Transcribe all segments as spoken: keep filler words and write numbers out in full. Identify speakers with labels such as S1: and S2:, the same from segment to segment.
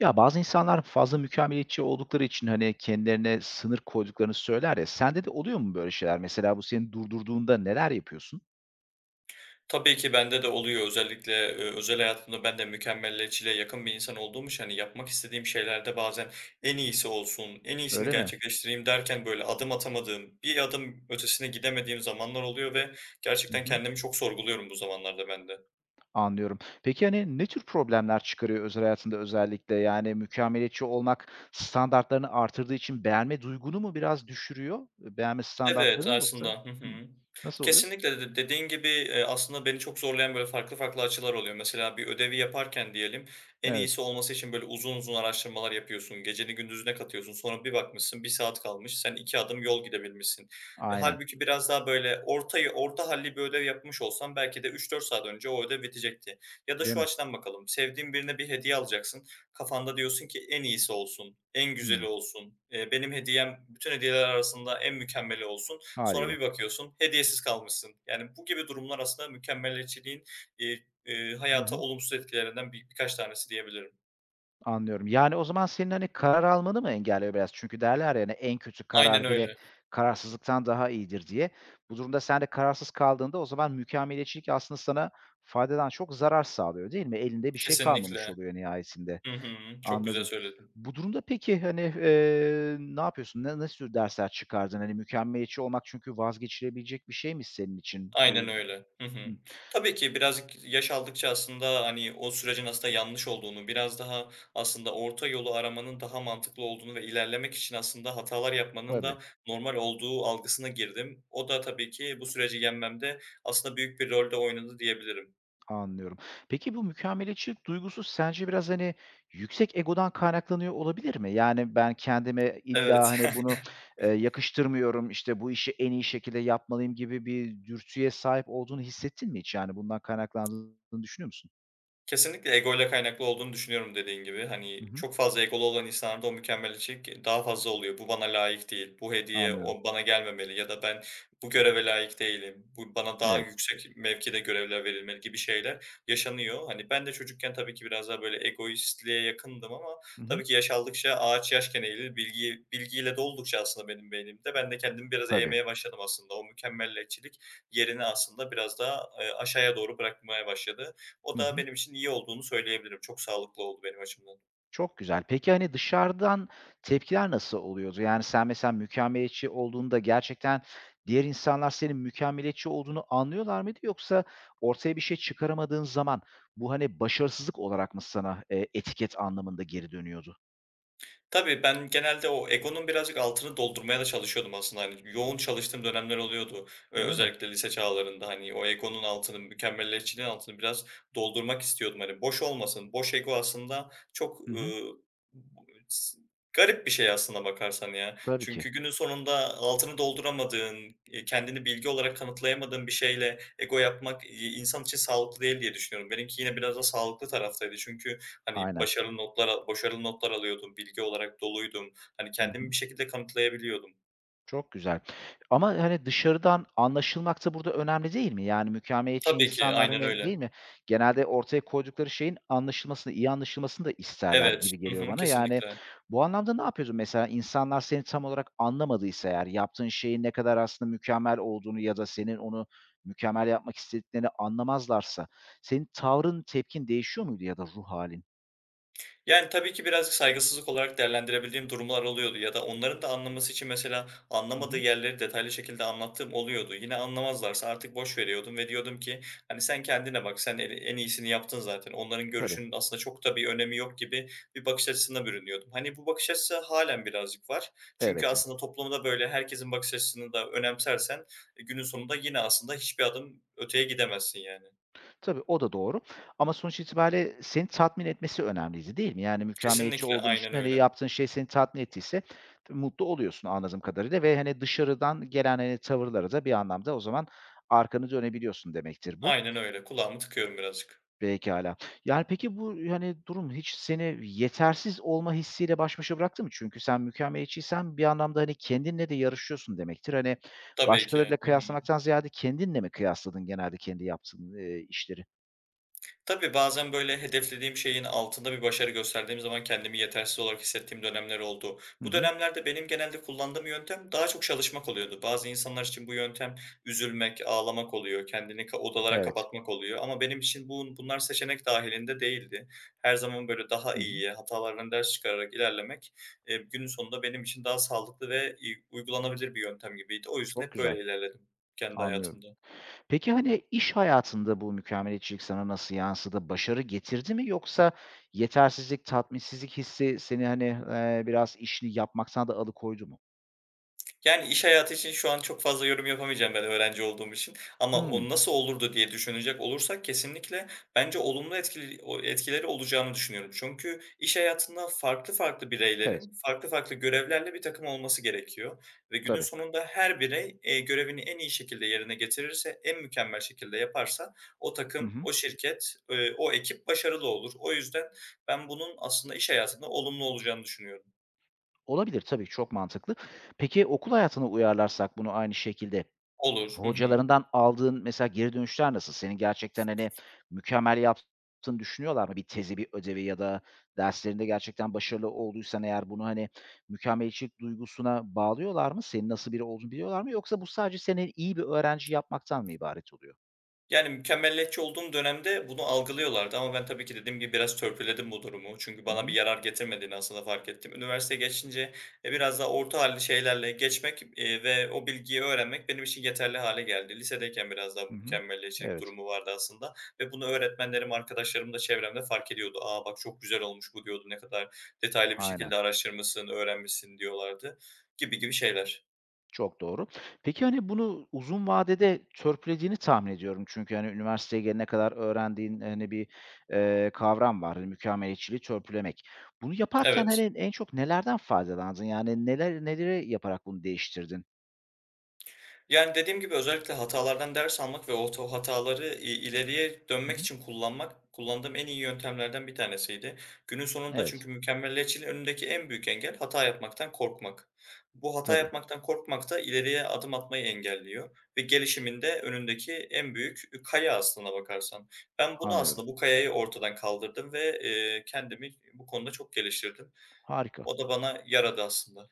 S1: Ya, bazı insanlar fazla mükemmeliyetçi oldukları için, hani, kendilerine sınır koyduklarını söyler ya, sende de oluyor mu böyle şeyler? Mesela bu seni durdurduğunda neler yapıyorsun?
S2: Tabii ki bende de oluyor. Özellikle, eee, özel hayatımda ben de mükemmeliyetçiliğe yakın bir insan olduğum için, hani, yapmak istediğim şeylerde bazen en iyisi olsun, en iyisini
S1: Öyle mi?
S2: gerçekleştireyim derken, böyle, adım atamadığım, bir adım ötesine gidemediğim zamanlar oluyor ve
S1: Hı
S2: gerçekten
S1: hı,
S2: kendimi çok sorguluyorum bu zamanlarda ben de.
S1: anlıyorum. Peki, hani, ne tür problemler çıkarıyor özel hayatında özellikle? Yani mükemmeliyetçi olmak standartlarını artırdığı için beğenme duygunu mu biraz düşürüyor? Beğenme
S2: Evet,
S1: standartlarını yoksa?
S2: aslında. Hı hı.
S1: Hımm. Nasıl oluyor?
S2: Kesinlikle de dediğin gibi, eee, aslında beni çok zorlayan böyle farklı farklı açılar oluyor. Mesela bir ödevi yaparken diyelim, en
S1: Evet,
S2: iyisi olması için böyle uzun uzun araştırmalar yapıyorsun. Geceni gündüzüne katıyorsun. Sonra bir bakmışsın bir saat kalmış. Sen iki adım yol gidebilmişsin. E,
S1: aynen.
S2: hâlbuki biraz daha böyle ortayı orta hâlli bir ödev yapmış olsan belki de üç dört saat önce o ödev bitecekti. Ya da
S1: Değil
S2: şu
S1: mi?
S2: açıdan bakalım, sevdiğin birine bir hediye alacaksın. Kafanda diyorsun ki en iyisi olsun, en güzeli
S1: Hımm.
S2: olsun, eee, benim hediyem bütün hediyeler arasında en mükemmeli olsun. Sonra
S1: Hâliyle.
S2: bir bakıyorsun hediyesiz kalmışsın. Yani bu gibi durumlar aslında mükemmeliyetçiliğin, eee, eee,
S1: Hı
S2: hayata
S1: hı.
S2: olumsuz etkilerinden bir birkaç tanesi diyebilirim.
S1: Anlıyorum. Yani, o zaman senin, hani, karar almanı mı engelliyor biraz? Çünkü derler yani en kötü
S2: Aynen
S1: karar bile
S2: öyle.
S1: kararsızlıktan daha iyidir diye. Bu durumda sen de kararsız kaldığında o zaman mükemmeliyetçilik aslında sana faydadan çok zarar sağlıyor, değil mi? Elinde bir şey kalmamış
S2: Kesinlikle.
S1: oluyor nihayetinde.
S2: Hı hı. Çok güzel
S1: Anladım.
S2: söyledin.
S1: Bu durumda peki, hani, eee, ne yapıyorsun? Ne nasıl tür dersler çıkardın? Hani, mükemmeliyetçi olmak çünkü vazgeçilebilecek bir şey mi senin için.
S2: Aynen
S1: Bu
S2: öyle. Hı
S1: Hı,
S2: hı. Tabii ki birazcık yaş aldıkça aslında, hani, o sürecin aslında yanlış olduğunu, biraz daha aslında orta yolu aramanın daha mantıklı olduğunu ve ilerlemek için aslında hatalar yapmanın
S1: tabii.
S2: da normal olduğu algısına girdim. O da tabii ki bu süreci yenmemde aslında büyük bir rolde oynadı diyebilirim.
S1: Anlıyorum. Peki bu mükemmeliyetçilik duygusu sence biraz, hani, yüksek egodan kaynaklanıyor olabilir mi? Yani, ben kendime illa,
S2: Evet.
S1: hani, bunu, eee, yakıştırmıyorum, işte, bu işi en iyi şekilde yapmalıyım gibi bir dürtüye sahip olduğunu hissettin mi hiç? Yani, bundan kaynaklandığını düşünüyor musun?
S2: Kesinlikle egoyla kaynaklı olduğunu düşünüyorum dediğin gibi.
S1: Hı
S2: Hani,
S1: hı.
S2: çok fazla egolu olan insanlarda o mükemmeliyetçilik daha fazla oluyor. Bu bana layık değil, bu hediye
S1: Anlıyorum.
S2: o bana gelmemeli ya da ben bu göreve layık değilim, bu bana daha
S1: Evet.
S2: yüksek mevkide görevler verilmeli gibi şeyler yaşanıyor. Hani, ben de çocukken tabii ki biraz daha böyle egoistliğe yakındım ama
S1: Hı hı.
S2: tabii ki yaş aldıkça ağaç yaşken eğilir, bilgi bilgiyle doldukça aslında benim beynimde ben de kendimi biraz
S1: Tabii.
S2: eğmeye başladım aslında. O mükemmeliyetçilik yerini aslında biraz daha, eee, aşağıya doğru bırakmaya başladı.
S1: Hı
S2: O da
S1: hı.
S2: benim için iyi olduğunu söyleyebilirim. Çok sağlıklı oldu benim açımdan.
S1: Çok güzel. Peki, hani, dışarıdan tepkiler nasıl oluyordu? Yani, sen mesela mükemmeliyetçi olduğunda gerçekten diğer insanlar senin mükemmeliyetçi olduğunu anlıyorlar mıydı? Yoksa ortaya bir şey çıkaramadığın zaman bu, hani, başarısızlık olarak mı sana, eee, etiket anlamında geri dönüyordu?
S2: Tabii, ben genelde o egonun birazcık altını doldurmaya da çalışıyordum aslında. Hani, yoğun çalıştığım dönemler oluyordu. Eee,
S1: Öyle mi?
S2: özellikle lise çağlarında, hani, o egonun altını, mükemmeliyetçiliğin altını biraz doldurmak istiyordum. Hani, boş olmasın. Boş ego aslında çok,
S1: Hı hı.
S2: ııı, s garip bir şey aslında bakarsan ya.
S1: Tabii ki.
S2: Çünkü günün sonunda altını dolduramadığın, eee, kendini bilgi olarak kanıtlayamadığın bir şeyle ego yapmak, iii, insan için sağlıklı değil diye düşünüyorum. Benimki yine biraz da sağlıklı taraftaydı. Çünkü hani,
S1: Aynen.
S2: başarılı notlar al başarılı notlar alıyordum, bilgi olarak doluydum. Hani,
S1: Hı
S2: kendimi
S1: hı.
S2: bir şekilde kanıtlayabiliyordum.
S1: Çok güzel. Ama, hani, dışarıdan anlaşılmak da burada önemli değil mi? Yani mükemmeliyetçi
S2: Tabii ki,
S1: insanlar,
S2: aynen
S1: hani,
S2: öyle.
S1: değil mi? Genelde ortaya koydukları şeyin anlaşılmasını, iyi anlaşılmasını da isterler
S2: Evet.
S1: gibi
S2: Hı
S1: geliyor
S2: hı,
S1: bana. Yani
S2: kesinlikle.
S1: bu anlamda ne yapıyorsun mesela? İnsanlar seni tam olarak anlamadıysa eğer, yaptığın şeyin ne kadar aslında mükemmel olduğunu ya da senin onu mükemmel yapmak istediklerini anlamazlarsa senin tavrın, tepkin değişiyor muydu ya da ruh halin?
S2: Yani, tabii ki birazcık saygısızlık olarak değerlendirebildiğim durumlar oluyordu ya da onların da anlaması için mesela
S1: Hı
S2: anlamadığı
S1: hı.
S2: yerleri detaylı şekilde anlattığım oluyordu. Yine anlamazlarsa artık boş veriyordum ve diyordum ki, hani, "Sen kendine bak, sen en en iyisini yaptın zaten. Onların
S1: Tabii.
S2: görüşünün aslında çok da bir önemi yok." gibi bir bakış açısına bürünüyordum. Hani, bu bakış açısı hâlen birazcık var. Çünkü
S1: Elbette.
S2: aslında toplumda böyle herkesin bakış açısını da önemsersen, e, günün sonunda yine aslında hiçbir adım öteye gidemezsin yani.
S1: Tabii, o da doğru ama sonuç itibariyle seni tatmin etmesi önemliydi, değil mi? Yani mükemmeliyetçi
S2: Kesinlikle,
S1: olduğun
S2: aynen
S1: için, hani,
S2: öyle.
S1: yaptığın şey seni tatmin ettiyse mutlu oluyorsun anladığım kadarıyla ve, hani, dışarıdan gelen, hani, tavırlara da bir anlamda o zaman arkanı dönebiliyorsun demektir bu.
S2: Aynen öyle. Kulağımı tıkıyorum birazcık.
S1: Pekâlâ. Yani, peki bu, hani, durum hiç seni yetersiz olma hissiyle baş başa bıraktı mı? Çünkü sen mükemmeliyetçiysen bir anlamda, hani, kendinle de yarışıyorsun demektir. Hani,
S2: Tabii ki.
S1: başkalarıyla
S2: Hı hı.
S1: kıyaslamaktan ziyade kendinle mi kıyasladın genelde kendi yaptığın, eee, işleri?
S2: Tabii bazen böyle hedeflediğim şeyin altında bir başarı gösterdiğim zaman kendimi yetersiz olarak hissettiğim dönemler oldu.
S1: Hı
S2: Bu
S1: hı.
S2: dönemlerde benim genelde kullandığım yöntem daha çok çalışmak oluyordu. Bazı insanlar için bu yöntem üzülmek, ağlamak oluyor, kendini ka odalara
S1: Evet.
S2: kapatmak oluyor ama benim için bun bunlar seçenek dahilinde değildi. Her zaman böyle daha
S1: Hı hı.
S2: iyiye, hatalardan ders çıkararak ilerlemek, eee, günün sonunda benim için daha sağlıklı ve, iii, uygulanabilir bir yöntem gibiydi. O yüzden
S1: Çok
S2: hep
S1: güzel,
S2: böyle ilerledim kendi
S1: anlıyorum.
S2: hayatımda.
S1: Peki, hani, iş hayatında bu mükemmeliyetçilik sana nasıl yansıdı? Başarı getirdi mi yoksa yetersizlik, tatminsizlik hissi seni, hani, eee, biraz işini yapmaktan da alıkoydu mu?
S2: Yani, iş hayatı için şu an çok fazla yorum yapamayacağım ben öğrenci olduğum için ama
S1: Hımm.
S2: o nasıl olurdu diye düşünecek olursak kesinlikle bence olumlu etkili o etkileri olacağını düşünüyorum. Çünkü iş hayatında farklı farklı
S1: Evet,
S2: bireylerin farklı farklı görevlerle bir takım olması gerekiyor ve günün
S1: tabii.
S2: sonunda her birey, eee, görevini en iyi şekilde yerine getirirse, en mükemmel şekilde yaparsa o
S1: Hı
S2: takım,
S1: hı.
S2: o şirket, eee, o ekip başarılı olur. O yüzden ben bunun aslında iş hayatında olumlu olacağını düşünüyorum.
S1: Olabilir tabii, çok mantıklı. Peki, okul hayatına uyarlarsak bunu aynı şekilde
S2: Olur. Hı hı.
S1: hocalarından aldığın mesela geri dönüşler nasıl? Senin gerçekten, hani, mükemmel yaptığını düşünüyorlar mı? Bir tezi, bir ödevi ya da derslerinde gerçekten başarılı olduysan eğer bunu, hani, mükemmeliyetçilik duygusuna bağlıyorlar mı? Senin nasıl biri olduğunu biliyorlar mı? Yoksa bu sadece seni iyi bir öğrenci yapmaktan mı ibaret oluyor?
S2: Yani, mükemmeliyetçi olduğum dönemde bunu algılıyorlardı ama ben tabii ki dediğim gibi biraz törpüledim bu durumu. Çünkü
S1: Hı
S2: bana bir
S1: hı.
S2: yarar getirmediğini aslında fark ettim. Üniversiteye geçince, eee, biraz daha orta hâlli şeylerle geçmek, eee, ve o bilgiyi öğrenmek benim için yeterli hale geldi. Lisedeyken biraz daha bu
S1: Hı hı.
S2: mükemmeliyetçilik
S1: Evet.
S2: durumu vardı aslında ve bunu öğretmenlerim, arkadaşlarım da çevremde fark ediyordu. "Aa bak çok güzel olmuş bu." diyordu. "Ne kadar detaylı bir
S1: Aynen.
S2: şekilde araştırmışsın, öğrenmişsin." diyorlardı gibi gibi şeyler.
S1: Çok doğru. Peki, hani, bunu uzun vadede törpülediğini tahmin ediyorum. Çünkü, hani, üniversiteye gelene kadar öğrendiğin, hani, bir, eee, kavram var, hani, mükemmeliyetçiliği törpülemek. Bunu yaparken,
S2: Evet.
S1: hani, en çok nelerden faydalandın? Yani neler neleri yaparak bunu değiştirdin?
S2: Yani, dediğim gibi özellikle hatalardan ders almak ve ot o to- hataları, iii, ileriye
S1: Hı
S2: dönmek
S1: hı.
S2: için kullanmak, kullandığım en iyi yöntemlerden bir tanesiydi. Günün sonunda
S1: Evet,
S2: çünkü mükemmeliyetçiliğin önündeki en büyük engel hata yapmaktan korkmak. Bu hata
S1: tabii,
S2: yapmaktan korkmak da ileriye adım atmayı engelliyor ve gelişiminde önündeki en büyük, ü kaya aslına bakarsan. Ben bunu
S1: anlıyorum.
S2: aslında bu kayayı ortadan kaldırdım ve, eee, kendimi bu konuda çok geliştirdim.
S1: Harika.
S2: O da bana yaradı aslında.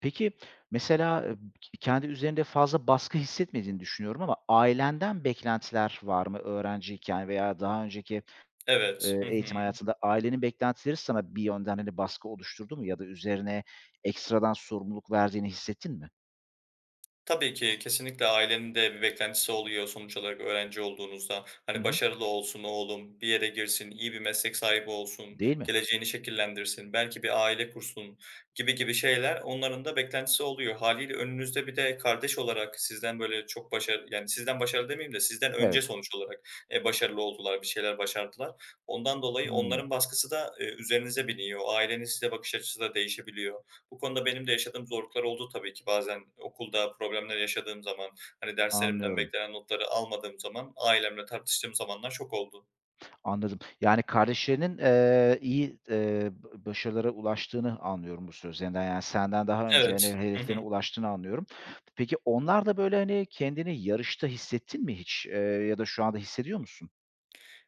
S1: Peki, mesela, eee, kendi üzerinde fazla baskı hissetmediğini düşünüyorum ama ailenden beklentiler var mı öğrenciyken veya daha önceki
S2: Evet.
S1: Eee,
S2: Hı hı.
S1: eğitim hayatında ailenin beklentileri sana bir yönden, hani, baskı oluşturdu mu ya da üzerine ekstradan sorumluluk verdiğini hissettin mi?
S2: Tabii ki, kesinlikle ailenin de bir beklentisi oluyor sonuç olarak öğrenci olduğunuzda.
S1: Hı
S2: Hani,
S1: hı.
S2: "Başarılı olsun oğlum, bir yere girsin, iyi bir meslek sahibi olsun,
S1: Değil mi?
S2: geleceğini şekillendirsin, belki bir aile kursun." gibi gibi şeyler onların da beklentisi oluyor. Haliyle önünüzde bir de kardeş olarak sizden, böyle, çok başarı yani, sizden başarılı demeyeyim de sizden önce
S1: Evet.
S2: sonuç olarak, eee, başarılı oldular, bir şeyler başardılar. Ondan dolayı
S1: Hımm,
S2: onların baskısı da, eee, üzerinize biniyor. Ailenin size bakış açısı da değişebiliyor. Bu konuda benim de yaşadığım zorluklar oldu tabii ki. Bazen okulda problemler yaşadığım zaman, hani, derslerimden
S1: anlıyorum,
S2: beklenen notları almadığım zaman ailemle tartıştığım zamanlar çok oldu.
S1: anladım. Yani kardeşlerinin, eee, iyi, eee, b başarılara ulaştığını anlıyorum bu sözlerinden. Yani senden daha önce, hani,
S2: Evet. Hı hı.
S1: hedeflerine ulaştığını anlıyorum. Peki onlar da, böyle, hani, kendini yarışta hissettin mi hiç, eee, ya da şu anda hissediyor musun?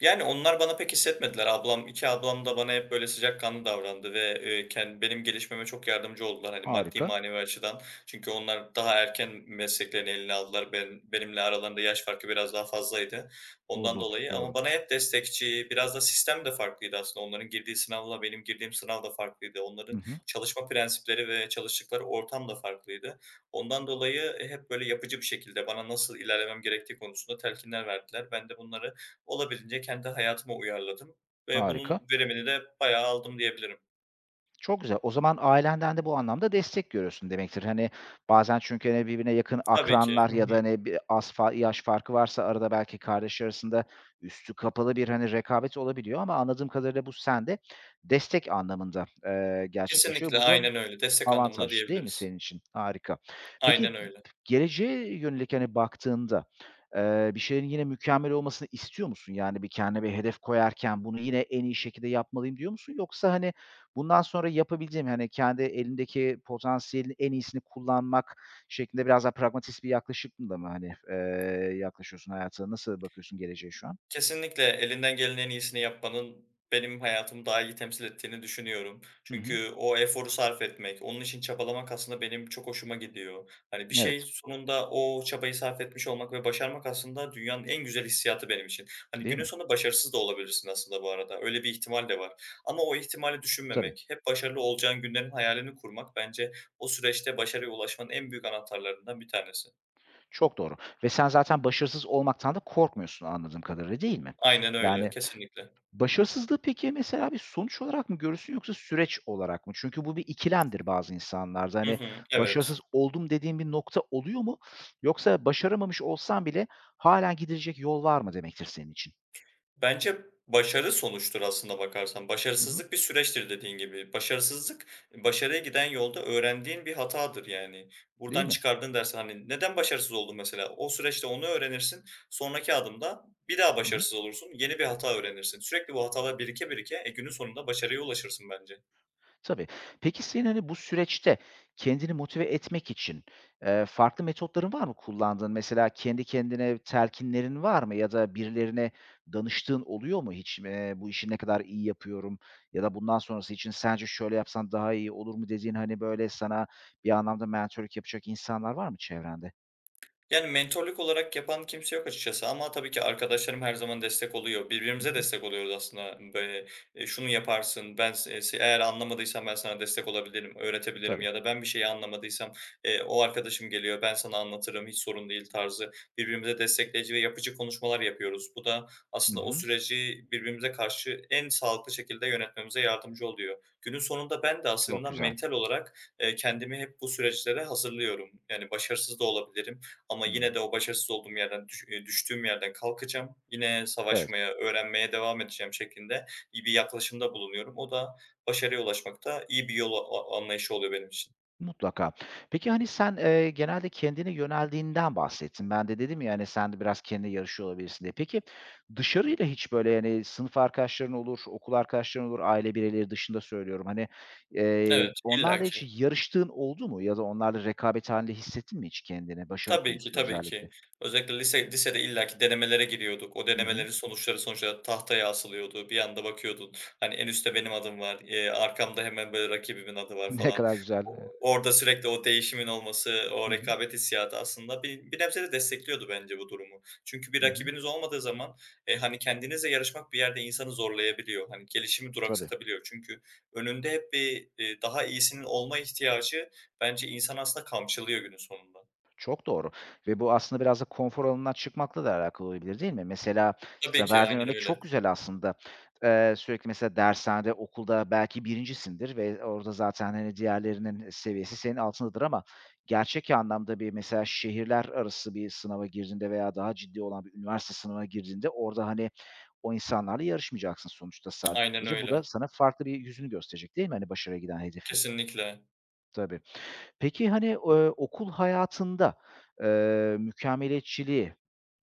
S2: Yani, onlar bana pek hissetmediler. Ablam iki ablam da bana hep böyle sıcakkanlı davrandı ve, eee, ken benim gelişmeme çok yardımcı oldular, hani, maddi
S1: Harika.
S2: manevi açıdan. Çünkü onlar daha erken mesleklerini eline aldılar. Ben benimle aralarında yaş farkı biraz daha fazlaydı ondan
S1: Olur,
S2: dolayı
S1: doğru.
S2: ama bana hep destekçi, biraz da sistem de farklıydı aslında. Onların girdiği sınavla benim girdiğim sınav da farklıydı.
S1: Hı
S2: Onların
S1: hı.
S2: çalışma prensipleri ve çalıştıkları ortam da farklıydı. Ondan dolayı hep böyle yapıcı bir şekilde bana nasıl ilerlemem gerektiği konusunda telkinler verdiler. Ben de bunları olabildiğince kendi hayatıma uyarladım ve
S1: Harika.
S2: bunun verimini de bayağı aldım diyebilirim.
S1: Çok güzel. O zaman ailenden de bu anlamda destek görüyorsun demektir. Hani, bazen çünkü, hani, birbirine yakın
S2: Tabii ki.
S1: akranlar
S2: Hı
S1: ya da,
S2: hı.
S1: hani, bir az fa yaş farkı varsa arada belki kardeş arasında üstü kapalı bir, hani, rekabet olabiliyor ama anladığım kadarıyla bu sende destek anlamında, eee, gerçekleşiyor.
S2: Kesinlikle,
S1: Bu da
S2: aynen öyle. Destek
S1: avantaj,
S2: anlamında
S1: değil mi
S2: diyebiliriz.
S1: senin için? Harika. Peki,
S2: Aynen öyle.
S1: geleceğe yönelik, hani, baktığında, eee, bir şeylerin yine mükemmel olmasını istiyor musun? Yani, bir kendine bir hedef koyarken bunu yine en iyi şekilde yapmalıyım diyor musun? Yoksa, hani, bundan sonra yapabileceğim, hani, kendi elindeki potansiyelin en iyisini kullanmak şeklinde biraz daha pragmatist bir yaklaşımla mı, hani, eee, yaklaşıyorsun hayata? Nasıl bakıyorsun geleceğe şu an?
S2: Kesinlikle elinden gelen en iyisini yapmanın benim hayatımı daha iyi temsil ettiğini düşünüyorum.
S1: Hı hı.
S2: Çünkü o eforu sarf etmek, onun için çabalamak aslında benim çok hoşuma gidiyor. Hani bir şey
S1: Evet,
S2: sonunda o çabayı sarf etmiş olmak ve başarmak aslında dünyanın en güzel hissiyatı benim için. Hani
S1: değil
S2: günün
S1: mi?
S2: sonunda başarısız da olabilirsin aslında bu arada. Öyle bir ihtimal de var. Ama o ihtimali
S1: Tabii.
S2: düşünmemek, hep başarılı olacağın günlerin hayalini kurmak bence o süreçte başarıya ulaşmanın en büyük anahtarlarından bir tanesi.
S1: Çok doğru ve sen zaten başarısız olmaktan da korkmuyorsun anladığım kadarıyla, değil mi?
S2: Aynen öyle,
S1: Yani
S2: kesinlikle.
S1: başarısızlığı peki mesela bir sonuç olarak mı görürsün yoksa süreç olarak mı? Çünkü bu bir ikilemdir bazı insanlarda.
S2: Hı
S1: Hani,
S2: hı,
S1: başarısız
S2: evet.
S1: oldum dediğin bir nokta oluyor mu? Yoksa başaramamış olsan bile halen gidilecek yol var mı demektir senin için?
S2: Bence başarı sonuçtur aslında bakarsan.
S1: Hı hı.
S2: Başarısızlık bir süreçtir dediğin gibi. Başarısızlık, başarıya giden yolda öğrendiğin bir hatadır yani.
S1: Değil
S2: Buradan
S1: mi?
S2: çıkardığın dersen hani, neden başarısız oldun mesela? O süreçte onu öğrenirsin. Sonraki adımda bir daha
S1: Hı hı.
S2: başarısız olursun. Yeni bir hata öğrenirsin. Sürekli bu hatalar birike birike, e, günün sonunda başarıya ulaşırsın bence.
S1: Tabii. Peki senin, hani, bu süreçte kendini motive etmek için, eee, farklı metotların var mı kullandığın? Mesela kendi kendine telkinlerin var mı ya da birilerine danıştığın oluyor mu hiç? Eee, "Bu işi ne kadar iyi yapıyorum?" ya da "Bundan sonrası için sence şöyle yapsan daha iyi olur mu?" dediğin, hani, böyle sana bir anlamda mentörlük yapacak insanlar var mı çevrende?
S2: Yani, mentorluk olarak yapan kimse yok açıkçası ama tabii ki arkadaşlarım her zaman destek oluyor.
S1: Hı
S2: Birbirimize
S1: hı.
S2: destek oluyoruz aslında. Böyle, eee, "Şunu yaparsın, ben s eee, eğer anlamadıysam ben sana destek olabilirim, öğretebilirim."
S1: Tabii.
S2: ya da "Ben bir şeyi anlamadıysam, eee, o arkadaşım geliyor, ben sana anlatırım, hiç sorun değil." tarzı birbirimize destekleyici ve yapıcı konuşmalar yapıyoruz. Bu da
S1: Hı
S2: aslında o
S1: hı.
S2: süreci birbirimize karşı en sağlıklı şekilde yönetmemize yardımcı oluyor. Günün sonunda ben de
S1: Çok
S2: aslında
S1: güzel.
S2: mental olarak, eee, kendimi hep bu süreçlere hazırlıyorum. Yani, başarısız da olabilirim ama
S1: Hımm.
S2: yine de o başarısız olduğum yerden, düş eee, düştüğüm yerden kalkacağım. Yine
S1: Evet.
S2: savaşmaya, öğrenmeye devam edeceğim şeklinde iyi bir yaklaşımda bulunuyorum. O da başarıya ulaşmakta iyi bir yol a anlayışı oluyor benim için.
S1: Mutlaka. Peki, hani, sen, eee, genelde kendine yöneldiğinden bahsettin. Ben de dedim ya, hani, sen de biraz kendine yarışıyor olabilirsin diye. Peki, dışarıyla hiç böyle, yani, sınıf arkadaşların olur, okul arkadaşların olur, aile bireyleri dışında söylüyorum. Hani, eee,
S2: Evet,
S1: onlarla hiç
S2: illaki.
S1: yarıştığın oldu mu ya da onlarla rekabet hâlinde hissettin mi hiç kendini başarı
S2: Tabii ki,
S1: konusunda
S2: tabii
S1: özellikle?
S2: ki. Özellikle lise lisede illaki denemelere giriyorduk. O
S1: Hı hı.
S2: denemelerin sonuçları sonuçta tahtaya asılıyordu. Bir anda bakıyordun, hani, en üstte benim adım var, eee, arkamda hemen, böyle, rakibimin adı var
S1: Ne
S2: falan.
S1: kadar güzel. Evet.
S2: O orada sürekli o değişimin olması, o
S1: Hı hı.
S2: rekabet hissiyatı aslında bir bir nebze de destekliyordu bence bu durumu. Çünkü bir
S1: Hı hı.
S2: rakibiniz olmadığı zaman, eee, hani, kendinizle yarışmak bir yerde insanı zorlayabiliyor. Hani, gelişimi
S1: Tabii.
S2: duraksatabiliyor. Çünkü önünde hep bir, eee, daha iyisinin olma ihtiyacı bence insanı aslında kamçılıyor günün sonunda.
S1: Çok doğru ve bu aslında biraz da konfor alanından çıkmakla da alakalı olabilir, değil mi? Mesela
S2: Tabii
S1: sen
S2: ki,
S1: verdiğin
S2: aynen
S1: örnek
S2: öyle.
S1: çok güzel aslında. Eee, sürekli mesela dershanede, okulda belki birincisindir ve orada zaten, hani, diğerlerinin seviyesi senin altındadır ama gerçek anlamda bir mesela şehirler arası bir sınava girdiğinde veya daha ciddi olan bir üniversite sınavına girdiğinde orada, hani, o insanlarla yarışmayacaksın sonuçta
S2: Aynen
S1: sadece. Bu da
S2: öyle.
S1: sana farklı bir yüzünü gösterecek, değil mi, hani, başarıya giden hedefin?
S2: Kesinlikle.
S1: Tabii. Peki, hani, eee, okul hayatında, eee, mükemmeliyetçiliği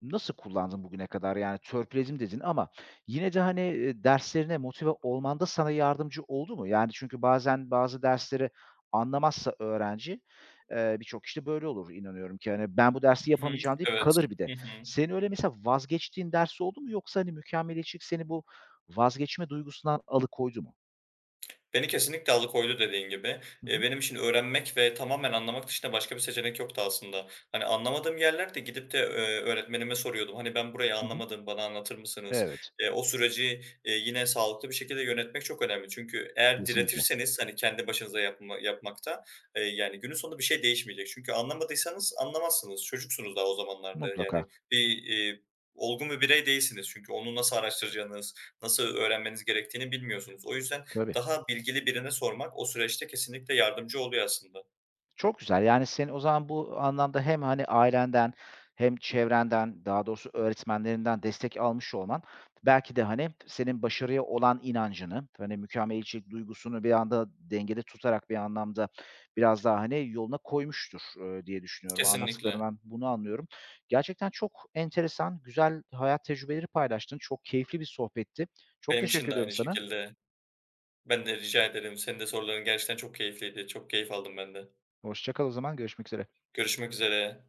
S1: nasıl kullandın bugüne kadar? Yani, "törpüledim" dedin ama yine de, hani, eee, derslerine motive olmanda sana yardımcı oldu mu? Yani, çünkü bazen bazı dersleri anlamazsa öğrenci, eee, birçok kişi de böyle olur inanıyorum ki, hani, "Ben bu dersi
S2: Hı hı.
S1: yapamayacağım." deyip
S2: Evet.
S1: kalır bir de.
S2: Hı hı.
S1: Senin öyle mesela vazgeçtiğin ders oldu mu yoksa, hani, mükemmeliyetçilik seni bu vazgeçme duygusundan alıkoydu mu?
S2: Beni kesinlikle alıkoydu dediğin gibi.
S1: Hı
S2: Eee,
S1: hı.
S2: benim için öğrenmek ve tamamen anlamak dışında başka bir seçenek yoktu aslında. Hani anlamadığım yerlerde gidip de, eee, öğretmenime soruyordum. Hani, "Ben burayı
S1: Hı hı.
S2: anlamadım, bana anlatır mısınız?"
S1: Evet,
S2: Eee, o süreci, eee, yine sağlıklı bir şekilde yönetmek çok önemli. Çünkü eğer
S1: kesinlikle.
S2: diretirseniz, hani, kendi başınıza yapma yapmakta, eee, yani, günün sonunda bir şey değişmeyecek. Çünkü anlamadıysanız anlamazsınız. Çocuksunuz daha o zamanlarda.
S1: Mutlaka.
S2: Yani, bir, eee, olgun bir birey değilsiniz çünkü onu nasıl araştıracağınız, nasıl öğrenmeniz gerektiğini bilmiyorsunuz. O yüzden
S1: Tabii.
S2: daha bilgili birine sormak o süreçte kesinlikle yardımcı oluyor aslında.
S1: Çok güzel. Yani, senin o zaman bu anlamda hem, hani, ailenden hem çevrenden, daha doğrusu öğretmenlerinden destek almış olman belki de, hani, senin başarıya olan inancını, hani, mükemmeliyetçilik duygusunu bir anda dengede tutarak bir anlamda biraz daha, hani, yoluna koymuştur, eee, diye düşünüyorum.
S2: Kesinlikle.
S1: Anlattıklarından bunu anlıyorum. Gerçekten çok enteresan, güzel hayat tecrübeleri paylaştın. Çok keyifli bir sohbetti. Çok
S2: Benim için
S1: teşekkür
S2: de
S1: ediyorum
S2: aynı
S1: sana.
S2: şekilde. Ben de rica ederim. Senin de soruların gerçekten çok keyifliydi. Çok keyif aldım ben de.
S1: Hoşça kal o zaman. Görüşmek üzere.
S2: Görüşmek üzere.